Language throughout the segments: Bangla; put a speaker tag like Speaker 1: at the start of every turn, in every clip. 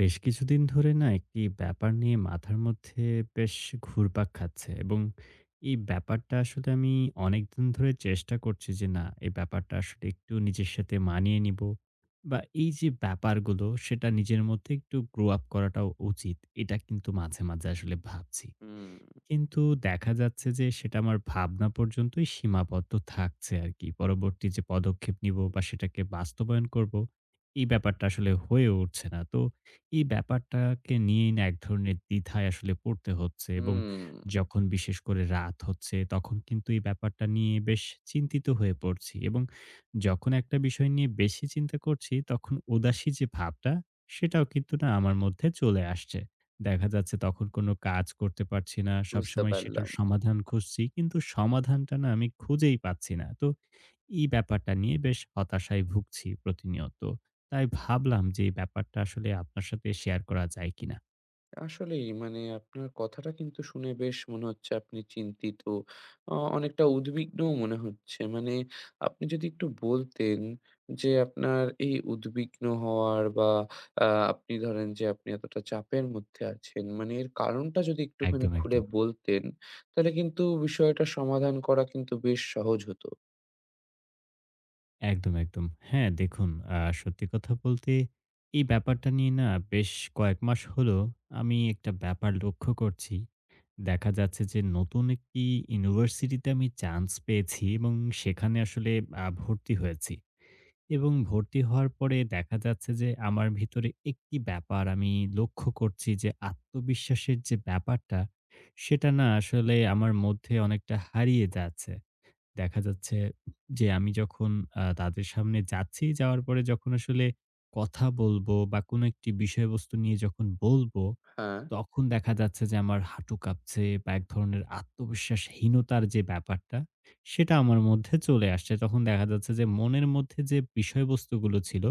Speaker 1: বেশ কিছুদিন ধরে না একটি ব্যাপার নিয়ে মাথার মধ্যে বেশ ঘুরপাক খাচ্ছে এবং এই ব্যাপারটা আসলে আমি অনেকদিন ধরে চেষ্টা করছি যে না এই ব্যাপারটা আসলে একটু নিজের সাথে মানিয়ে নিব বা এই যে ব্যাপারগুলো সেটা নিজের মধ্যে একটু গ্রো আপ করাটাও উচিত এটা কিন্তু মাঝে মাঝে আসলে ভাবছি,
Speaker 2: হুম,
Speaker 1: কিন্তু দেখা যাচ্ছে যে সেটা আমার ভাবনা পর্যন্তই সীমাবদ্ধ থাকছে আর কি পরবর্তী যে পদক্ষেপ নিব বা সেটাকে বাস্তবায়ন করব এই ব্যাপারটা আসলে হয়ে উঠছে না। তো এই ব্যাপারটাকে নিয়েই না এক ধরনের দ্বিধায় আসলে পড়তে হচ্ছে এবং
Speaker 2: হুম,
Speaker 1: যখন বিশেষ করে রাত হচ্ছে তখন কিন্তু এই ব্যাপারটা নিয়ে বেশ চিন্তিত হয়ে পড়ছি, এবং যখন একটা বিষয় নিয়ে বেশি চিন্তা করছি তখন উদাসী যে ভাবটা সেটাও কিন্তু না আমার মধ্যে চলে আসছে। দেখা যাচ্ছে তখন কোনো কাজ করতে পারছি না,
Speaker 2: বুঝতে
Speaker 1: সবসময় সেটার
Speaker 2: পারলাম।
Speaker 1: সমাধান খুঁজছি কিন্তু সমাধানটা না আমি খুঁজেই পাচ্ছি না। তো এই ব্যাপারটা নিয়ে বেশ হতাশায় ভুগছি প্রতিনিয়ত। তাই ভাবলাম যে, এই ব্যাপারটা আসলে আপনার সাথে শেয়ার করা যায় কিনা?
Speaker 2: আসলেই মানে আপনার কথাটা কিন্তু শুনে বেশ মনে হচ্ছে আপনি চিন্তিত। অনেকটা উদ্বিগ্নও মনে হচ্ছে। মানে আপনি যদি একটু বলতেন যে আপনার এই উদ্বিগ্ন হওয়ার বা, আ আপনি ধরেন যে আপনি এতটা চাপের মধ্যে আছেন, মানে এর কারণটা যদি একটুখানি
Speaker 1: একদম,
Speaker 2: খুলে
Speaker 1: একদম।
Speaker 2: বলতেন, তাহলে কিন্তু বিষয়টা সমাধান করা কিন্তু বেশ সহজ হতো।
Speaker 1: একদম, একদম। হ্যাঁ, দেখুন, সত্যি কথা বলতে এই ব্যাপারটা নিয়ে না বেশ কয়েক মাস হলো আমি একটা ব্যাপার লক্ষ্য করছি। দেখা যাচ্ছে যে নতুন একটি ইউনিভার্সিটিতে আমি চান্স পেয়েছি এবং সেখানে আসলে ভর্তি হয়েছি। এবং ভর্তি হওয়ার পরে দেখা যাচ্ছে যে আমার ভিতরে একটি ব্যাপার আমি লক্ষ্য করছি যে আত্মবিশ্বাসের যে ব্যাপারটা সেটা না আসলে আমার মধ্যে অনেকটা হারিয়ে যাচ্ছে। দেখা যাচ্ছে যে আমি যখন তাদের সামনে যাচ্ছি, যাওয়ার পরে যখন আসলে কথা বলবো বা কোনো একটি বিষয়বস্তু নিয়ে যখন বলবো
Speaker 2: হ্যাঁ,
Speaker 1: তখন দেখা যাচ্ছে যে আমার হাঁটু কাঁপছে বা এক ধরনের আত্মবিশ্বাসহীনতার যে ব্যাপারটা, সেটা আমার মধ্যে চলে আসছে। তখন দেখা যাচ্ছে যে মনের মধ্যে যে বিষয়বস্তুগুলো ছিল,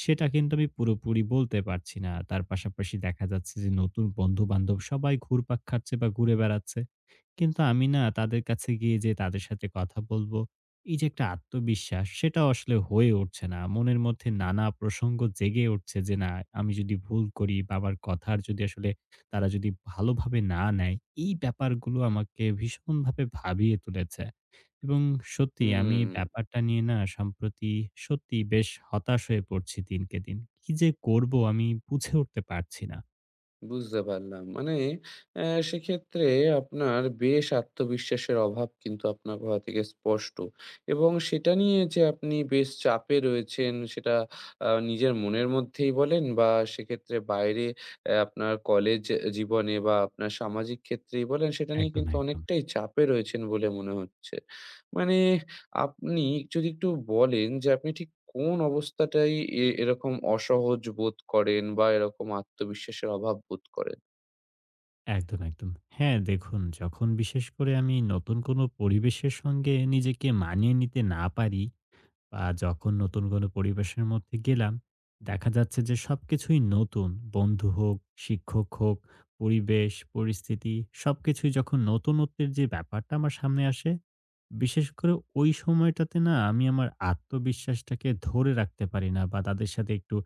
Speaker 1: সেটা কিন্তু আমি পুরোপুরি বলতে পারছি না। তার পাশাপাশি দেখা যাচ্ছে যে নতুন বন্ধু-বান্ধব সবাই ঘুরপাক খাচ্ছে বা ঘুরে বেড়াচ্ছে। কিন্তু আমি না তাদের কাছে গিয়ে যে তাদের সাথে কথা বলবো, এই যে একটা আত্মবিশ্বাস সেটাও আসলে হয়ে উঠছে না। মনের মধ্যে নানা প্রসঙ্গ জেগে উঠছে যে না আমি যদি ভুল করি বা আমার কথার যদি আসলে তারা যদি ভালোভাবে না নেয়, এই ব্যাপারগুলো আমাকে ভীষণভাবে ভাবিয়ে তুলেছে। এবং সত্যি আমি এই
Speaker 2: হুম।
Speaker 1: ব্যাপারটা নিয়ে না সম্প্রতি সত্যিই বেশ হতাশ হয়ে পড়ছি দিনকে দিন। কি যে করব আমি বুঝে উঠতে পারছি না।
Speaker 2: বুঝতে পারলাম। মানে অ্যা সেক্ষেত্রে আপনার বেশ আত্মবিশ্বাসের অভাব কিন্তু আপনার কথা থেকে স্পষ্ট। এবং সেটা নিয়ে যে আপনি বেশ চাপে রয়েছেন, সেটা নিজের মনের মধ্যেই বলেন বা সেক্ষেত্রে বাইরে আপনার কলেজ জীবনে বা আপনার সামাজিক ক্ষেত্রেই বলেন, সেটা নিয়ে
Speaker 1: একদম,
Speaker 2: কিন্তু
Speaker 1: একদম।
Speaker 2: অনেকটাই চাপে রয়েছেন বলে মনে হচ্ছে। মানে আপনি যদি একটু বলেন যে আপনি ঠিক কোন অবস্থাটায় এরকম অসহজ বোধ করেন বা এরকম আত্মবিশ্বাসের অভাব বোধ করেন?
Speaker 1: একদম, একদম। হ্যাঁ, দেখুন, যখন বিশেষ করে আমি নতুন কোনো পরিবেশের সঙ্গে নিজেকে মানিয়ে নিতে না পারি বা যখন নতুন কোনো পরিবেশের মধ্যে গেলাম, দেখা যাচ্ছে যে সবকিছুই নতুন। বন্ধু হোক, শিক্ষক হোক, পরিবেশ, পরিস্থিতি, সবকিছুই যখন নতুনত্বের যে ব্যাপারটা আমার সামনে আসে, বিশেষ করে ওই সময়টাতে না আমি আমার আত্মবিশ্বাসটাকে ধরে রাখতে পারি না বা তাদের সাথে একটু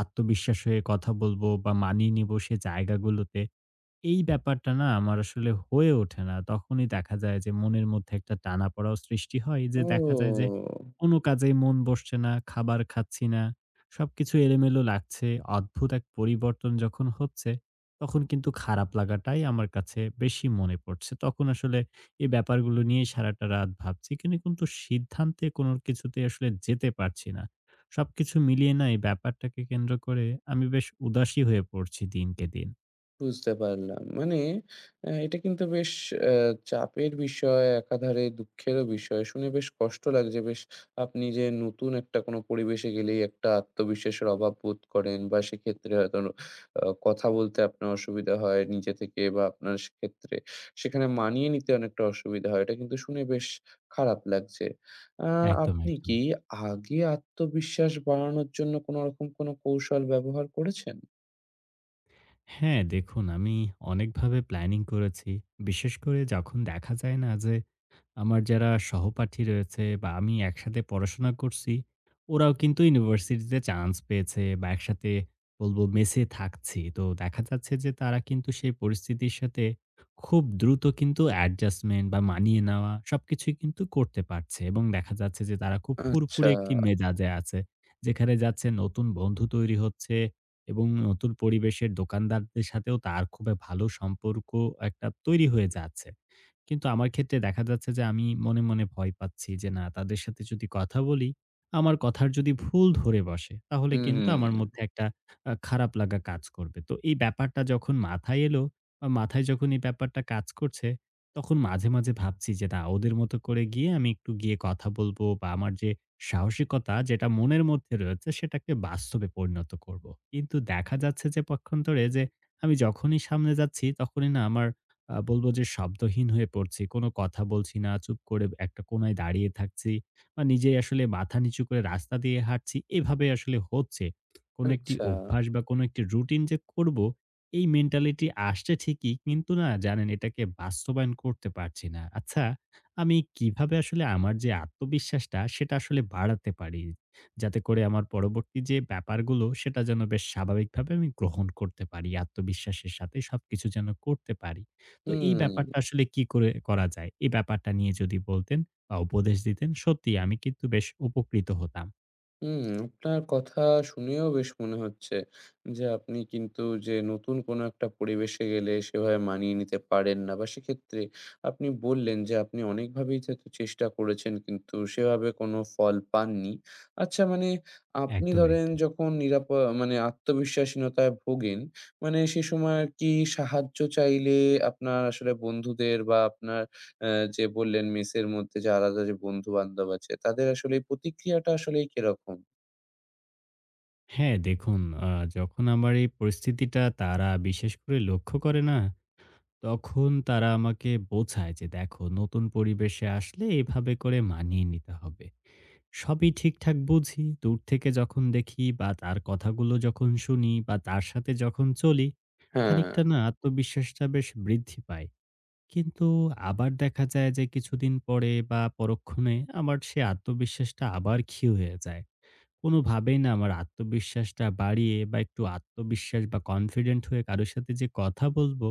Speaker 1: আত্মবিশ্বাস হয়ে কথা বলবো বা মানিয়ে নিব সে জায়গাগুলোতে এই ব্যাপারটা না আমার আসলে হয়ে ওঠে না। তখনই দেখা যায় যে মনের মধ্যে একটা টানাপড়াও সৃষ্টি হয়, যে দেখা যায় যে
Speaker 2: ও!
Speaker 1: কোনো কাজেই মন বসছে না, খাবার খাচ্ছি না। সবকিছু এলোমেলো লাগছে। অদ্ভুত এক পরিবর্তন যখন হচ্ছে, তখন কিন্তু খারাপ লাগাটাই আমার কাছে বেশি মনে পড়ছে। তখন আসলে এই ব্যাপারগুলো নিয়ে সারাটা রাত ভাবছি। কিন্তু সিদ্ধান্তে কোনো কিছুতেই আসলে যেতে পারছি না। সবকিছু মিলিয়ে না এই ব্যাপারটাকে কেন্দ্র করে আমি বেশ উদাসী হয়ে পড়ছি দিনকে দিন।
Speaker 2: বুঝতে পারলাম। মানে এটা কিন্তু বেশ অ্যা চাপের বিষয়, একাধারে দুঃখেরও বিষয়। শুনে বেশ কষ্ট লাগছে। বেশ, আপনি যে নতুন একটা কোনো পরিবেশে গেলেই একটা আত্মবিশ্বাসের অভাব বোধ করেন বা সেক্ষেত্রে হয়তো কথা বলতে আপনার অসুবিধা হয় নিজে থেকে, বা আপনার সেক্ষেত্রে সেখানে মানিয়ে নিতে অনেকটা অসুবিধা হয়। এটা কিন্তু শুনে বেশ খারাপ লাগছে। আ
Speaker 1: একদম,
Speaker 2: আপনি
Speaker 1: একদম।
Speaker 2: কি আগে আত্মবিশ্বাস বাড়ানোর জন্য কোনোরকম কোনো কৌশল ব্যবহার করেছেন?
Speaker 1: হ্যাঁ, দেখুন, আমি অনেকভাবে প্ল্যানিং করেছি। বিশেষ করে যখন দেখা যায় না যে, আমার যারা সহপাঠী রয়েছে বা আমি একসাথে পড়াশোনা করছি, ওরাও কিন্তু ইউনিভার্সিটিতে চান্স পেয়েছে বা একসাথে বলবো মেসে থাকছি। তো দেখা যাচ্ছে যে তারা কিন্তু সেই পরিস্থিতির সাথে খুব দ্রুত কিন্তু অ্যাডজাস্টমেন্ট বা মানিয়ে নেওয়া সবকিছুই কিন্তু করতে পারছে এবং দেখা যাচ্ছে যে তারা খুব
Speaker 2: আচ্ছা।
Speaker 1: ফুরফুরে একটি মেজাজে আছে। যেখানে যাচ্ছে নতুন বন্ধু তৈরি হচ্ছে এবং নতুন পরিবেশের দোকানদারদের সাথেও তার খুবই ভালো সম্পর্ক একটা তৈরি হয়ে যাচ্ছে। কিন্তু আমার ক্ষেত্রে দেখা যাচ্ছে যে আমি মনে মনে ভয় পাচ্ছি যে না তাদের সাথে যদি কথা বলি, আমার কথার যদি ভুল ধরে বসে, তাহলে কিন্তু
Speaker 2: হুম,
Speaker 1: আমার মধ্যে একটা খারাপ লাগা কাজ করবে। তো এই ব্যাপারটা যখন মাথায় এলো বা মাথায় যখন এই ব্যাপারটা কাজ করছে, তখন মাঝে মাঝে ভাবছি যে না ওদের মতো করে গিয়ে আমি একটু গিয়ে কথা বলবো বা আমার যে সাহসিকতা যেটা মনের মধ্যে রয়েছে সেটাকে বাস্তবে পরিণত করব। কিন্তু দেখা যাচ্ছে যে পক্ষান্তরে যে আমি যখনই সামনে যাচ্ছি তখনই না আমার বলব যে শব্দহীন হয়ে পড়ছি। কোনো কথা বলছি না। চুপ করে একটা কোনায় দাঁড়িয়ে থাকছি। বা নিজেই আসলে মাথা নিচু করে রাস্তা দিয়ে হাঁটছি। এভাবে আসলে হচ্ছে। কোনো একটি
Speaker 2: আচ্ছা।
Speaker 1: অভ্যাস বা কোনো একটি রুটিন যে করব, এই মেন্টালিটি আসছে ঠিকই। কিন্তু না জানেন এটাকে বাস্তবায়ন করতে পারছি না। আচ্ছা, আমি কিভাবে আসলে আমার যে আত্মবিশ্বাসটা সেটা আসলে বাড়াতে পারি? যাতে করে আমার পরবর্তী যে ব্যাপারগুলো সেটা যেন বেশ স্বাভাবিকভাবে আমি গ্রহণ করতে পারি। আত্মবিশ্বাসের সাথে সবকিছু যেন করতে পারি। তো এই
Speaker 2: হুম,
Speaker 1: ব্যাপারটা আসলে কি করে করা যায়? এই ব্যাপারটা নিয়ে যদি বলতেন বা উপদেশ দিতেন, সত্যিই আমি কিন্তু বেশ উপকৃত হতাম।
Speaker 2: হুম, আপনার কথা শুনেও বেশ মনে হচ্ছে যে, আপনি কিন্তু যে নতুন কোনো একটা পরিবেশে গেলে সেভাবে মানিয়ে নিতে পারেন না বা সেক্ষেত্রে আপনি বললেন যে আপনি অনেকভাবেই যেহেতু চেষ্টা করেছেন, কিন্তু সেভাবে কোনো ফল পাননি। আচ্ছা, মানে আপনি
Speaker 1: একদম,
Speaker 2: ধরেন
Speaker 1: একদম।
Speaker 2: যখন নিরাপদ মানে আত্মবিশ্বাসহীনতায় ভোগেন, মানে সে সময় আর কি সাহায্য চাইলে আপনার আসলে বন্ধুদের বা আপনার যে বললেন মেসের মধ্যে যে আলাদা যে বন্ধু-বান্ধব আছে, তাদের আসলে এই প্রতিক্রিয়াটা আসলেই কিরকম?
Speaker 1: হ্যাঁ, দেখুন, আ যখন আমার এই পরিস্থিতিটা তারা বিশেষ করে লক্ষ্য করে না, তখন তারা আমাকে বোঝায় যে, "দেখো নতুন পরিবেশে আসলে এভাবে করে মানিয়ে নিতে হবে।" সবই ঠিকঠাক বুঝি। দূর থেকে যখন দেখি বা তার কথাগুলো যখন শুনি বা তার সাথে যখন চলি,
Speaker 2: হ্যাঁ,
Speaker 1: খানিকটা না আত্মবিশ্বাসটা বেশ বৃদ্ধি পায়। কিন্তু আবার দেখা যায় যে কিছুদিন পরে বা পরক্ষণে আমার সে আত্মবিশ্বাসটা আবার ক্ষীণ হয়ে যায়। কোনোভাবেই না আমার আত্মবিশ্বাসটা বাড়িয়ে বা একটু আত্মবিশ্বাস বা কনফিডেন্ট হয়ে কারো সাথে যে কথা বলবো,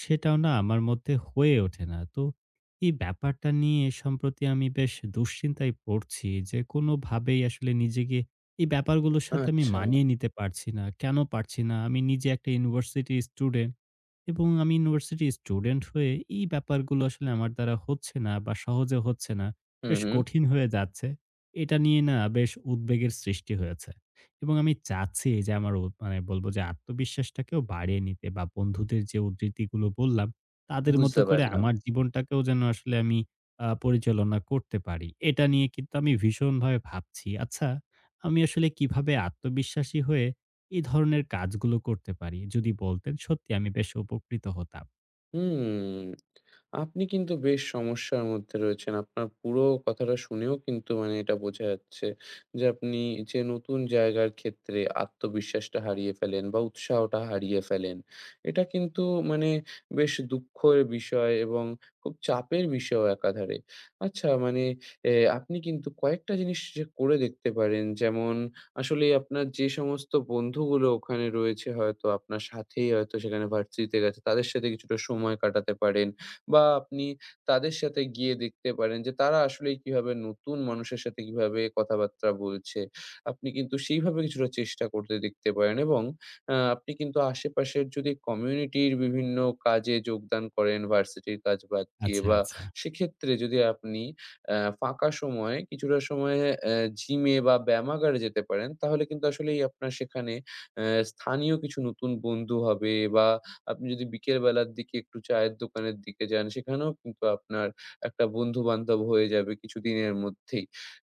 Speaker 1: সেটাও না আমার মধ্যে হয়ে ওঠে না। তো এই ব্যাপারটা নিয়ে সম্প্রতি আমি বেশ দুশ্চিন্তায় পড়ছি যে কোনোভাবেই আসলে নিজেকে এই ব্যাপারগুলোর সাথে আমি
Speaker 2: আচ্ছা।
Speaker 1: মানিয়ে নিতে পারছি না। কেন পারছি না? আমি নিজে একটা ইউনিভার্সিটি স্টুডেন্ট। এবং আমি ইউনিভার্সিটি স্টুডেন্ট হয়ে এই ব্যাপারগুলো আসলে আমার দ্বারা হচ্ছে না বা সহজে হচ্ছে না।
Speaker 2: হুম,
Speaker 1: বেশ
Speaker 2: হুম।
Speaker 1: কঠিন হয়ে যাচ্ছে। এটা নিয়ে না বেশ উদ্বেগের সৃষ্টি হয়েছে। এবং আমি চাচ্ছি যে আমার মানে বলবো যে আত্মবিশ্বাসটাকেও বাড়িয়ে নিতে বা বন্ধুদের যে উদ্ধৃতিগুলো বললাম, তাদের মতো
Speaker 2: বুঝতে
Speaker 1: করে
Speaker 2: পারলাম।
Speaker 1: আমার জীবনটাকেও যেন আসলে আমি পরিচালনা করতে পারি। এটা নিয়ে কিন্তু আমি ভীষণভাবে ভাবছি। আচ্ছা, আমি আসলে কিভাবে আত্মবিশ্বাসী হয়ে এই ধরনের কাজগুলো করতে পারি? যদি বলতেন সত্যি আমি বেশ উপকৃত হতাম।
Speaker 2: হুম, আপনি কিন্তু বেশ সমস্যার মধ্যে রয়েছেন। আপনার পুরো কথাটা শুনেও কিন্তু মানে এটা বোঝা যাচ্ছে যে, আপনি যে নতুন জায়গার ক্ষেত্রে আত্মবিশ্বাসটা হারিয়ে ফেলেন বা উৎসাহটা হারিয়ে ফেলেন, এটা কিন্তু মানে বেশ দুঃখের বিষয় এবং খুব চাপের বিষয়ও একাধারে। আচ্ছা, মানে এ আপনি কিন্তু কয়েকটা জিনিস যে করে দেখতে পারেন, যেমন আসলে আপনার যে সমস্ত বন্ধুগুলো ওখানে রয়েছে, হয়তো আপনার সাথেই হয়তো সেখানে ভার্সিটিতে গেছে, তাদের সাথে কিছুটা সময় কাটাতে পারেন বা আপনি তাদের সাথে গিয়ে দেখতে পারেন যে তারা আসলেই কিভাবে নতুন মানুষের সাথে কিভাবে কথাবার্তা বলছে। আপনি কিন্তু সেইভাবে কিছুটা চেষ্টা করতে দেখতে পারেন। এবং আপনি কিন্তু আশেপাশের যদি কমিউনিটির বিভিন্ন কাজে যোগদান করেন ভার্সিটির কাজ বাদ দিয়ে,
Speaker 1: আচ্ছা,
Speaker 2: বা
Speaker 1: আচ্ছা,
Speaker 2: সেক্ষেত্রে যদি আপনি ফাঁকা সময়ে কিছুটা সময়ে জিমে বা ব্যায়ামাগারে যেতে পারেন, তাহলে কিন্তু আসলেই আপনার সেখানে স্থানীয় কিছু নতুন বন্ধু হবে, বা আপনি যদি বিকেল বেলার দিকে একটু চায়ের দোকানের দিকে যান, সেখানেও কিন্তু আপনার একটা বন্ধু-বান্ধব হয়ে যাবে কিছুদিনের মধ্যেই।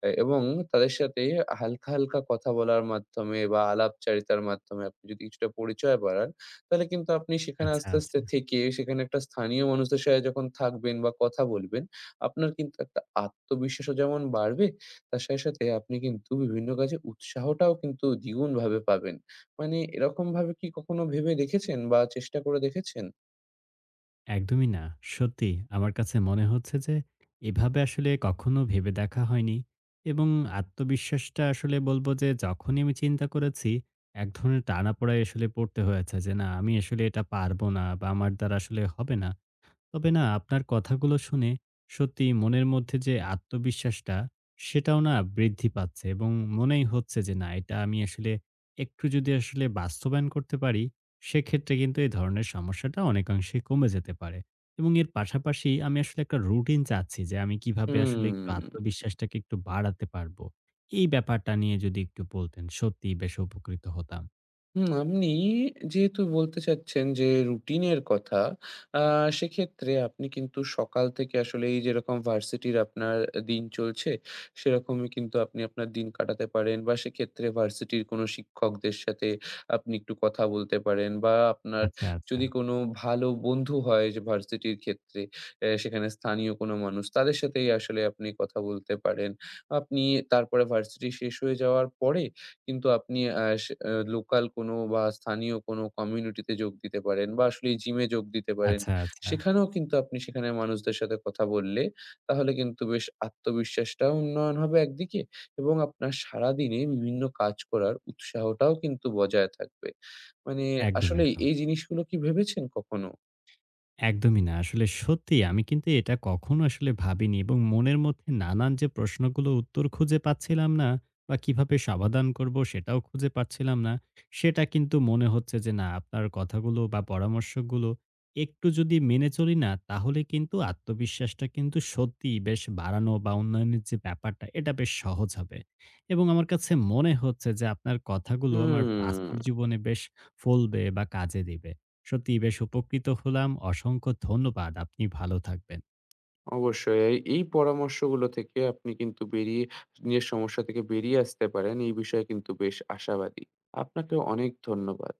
Speaker 2: এবং তাদের সাথে হালকা, হালকা কথা বলার মাধ্যমে বা আলাপচারিতার মাধ্যমে আপনি যদি কিছুটা পরিচয় বাড়ান, তাহলে কিন্তু আপনি সেখানে
Speaker 1: আচ্ছা,
Speaker 2: আস্তে,
Speaker 1: আচ্ছা।
Speaker 2: আস্তে থেকে সেখানে একটা স্থানীয় মানুষদের সাথে যখন থাকবেন বা কথা বলবেন, আপনার কিন্তু একটা আত্মবিশ্বাসও যেমন বাড়বে, তার সাথে, সাথে আপনি কিন্তু বিভিন্ন কাজে উৎসাহটাও কিন্তু দ্বিগুণভাবে পাবেন। মানে এরকমভাবে কি কখনো ভেবে দেখেছেন বা চেষ্টা করে দেখেছেন?
Speaker 1: একদমই না। সত্যি আমার কাছে মনে হচ্ছে যে এভাবে আসলে কখনো ভেবে দেখা হয়নি এবং আত্মবিশ্বাসটা আসলে বলব যে যখনই আমি চিন্তা করেছি এক ধরনের টানাপোড়ায় আসলে পড়তে হয়েছে যে না আমি আসলে এটা পারব না বা আমার দ্বারা আসলে হবে না। তবে না আপনার কথাগুলো শুনে সত্যি মনের মধ্যে যে আত্মবিশ্বাসটা সেটাও না বৃদ্ধি পাচ্ছে এবং মনেই হচ্ছে যে না এটা আমি আসলে একটু যদি আসলে বাস্তবায়ন করতে পারি সেক্ষেত্রে কিন্তু এই ধরনের সমস্যাটা অনেকাংশে কমে যেতে পারে এবং এর পাশাপাশি আমি আসলে একটা রুটিন চাচ্ছি যে আমি কিভাবে আসলে একটু
Speaker 2: হুম।
Speaker 1: আত্মবিশ্বাসটাকে একটু বাড়াতে পারবো। এই ব্যাপারটা নিয়ে যদি একটু বলতেন সত্যি বেশ উপকৃত হতাম।
Speaker 2: হুম, আপনি যেহেতু বলতে চাচ্ছেন যে রুটিনের কথা, আ সেক্ষেত্রে আপনি কিন্তু সকাল থেকে আসলে এই যেরকম ভার্সিটির আপনার দিন চলছে, সেরকমই কিন্তু আপনি আপনার দিন কাটাতে পারেন, বা সেক্ষেত্রে ভার্সিটির কোনো শিক্ষকদের সাথে আপনি একটু কথা বলতে পারেন, বা আপনার
Speaker 1: আচ্ছা আচ্ছা।
Speaker 2: যদি কোনো ভালো বন্ধু হয় যে ভার্সিটির ক্ষেত্রে, সেখানে স্থানীয় কোনো মানুষ, তাদের সাথেই আসলে আপনি কথা বলতে পারেন। আপনি তারপরে ভার্সিটি শেষ হয়ে যাওয়ার পরে কিন্তু আপনি লোকাল কোনো বা স্থানীয় কোনো কমিউনিটিতে যোগ দিতে পারেন বা আসলে জিমে যোগ দিতে পারেন।
Speaker 1: আচ্ছা আচ্ছা।
Speaker 2: সেখানেও কিন্তু আপনি সেখানের মানুষদের সাথে কথা বললে, তাহলে কিন্তু বেশ আত্মবিশ্বাসটাও উন্নয়ন হবে একদিকে, এবং আপনার সারাদিনে বিভিন্ন কাজ করার উৎসাহটাও কিন্তু বজায় থাকবে। মানে
Speaker 1: একদম
Speaker 2: আসলেই
Speaker 1: একদম।
Speaker 2: এই জিনিসগুলো কি ভেবেছেন কখনো?
Speaker 1: একদমই না। আসলে সত্যিই আমি কিন্তু এটা কখনো আসলে ভাবিনি এবং মনের মধ্যে নানান যে প্রশ্নগুলো উত্তর খুঁজে পাচ্ছিলাম না বা কিভাবে সমাধান করব সেটাও খুঁজে পাচ্ছিলাম না। সেটা কিন্তু মনে হচ্ছে যে না আপনার কথাগুলো বা পরামর্শগুলো একটু যদি মেনে চলি না তাহলে কিন্তু আত্মবিশ্বাসটা কিন্তু সত্যিই বেশ বাড়ানো বা উন্নয়নের যে ব্যাপারটা এটা বেশ সহজ হবে। এবং আমার কাছে মনে হচ্ছে যে আপনার কথাগুলো আমার
Speaker 2: হুম,
Speaker 1: বাস্তব জীবনে বেশ ফলবে বা কাজে দিবে। সত্যিই বেশ উপকৃত হলাম। অসংখ্য ধন্যবাদ। আপনি ভালো থাকবেন।
Speaker 2: অবশ্যই। এই এই পরামর্শগুলো থেকে আপনি কিন্তু বেরিয়ে, নিজের সমস্যা থেকে বেরিয়ে আসতে পারেন। এই বিষয়ে কিন্তু বেশ আশাবাদী। আপনাকে অনেক ধন্যবাদ।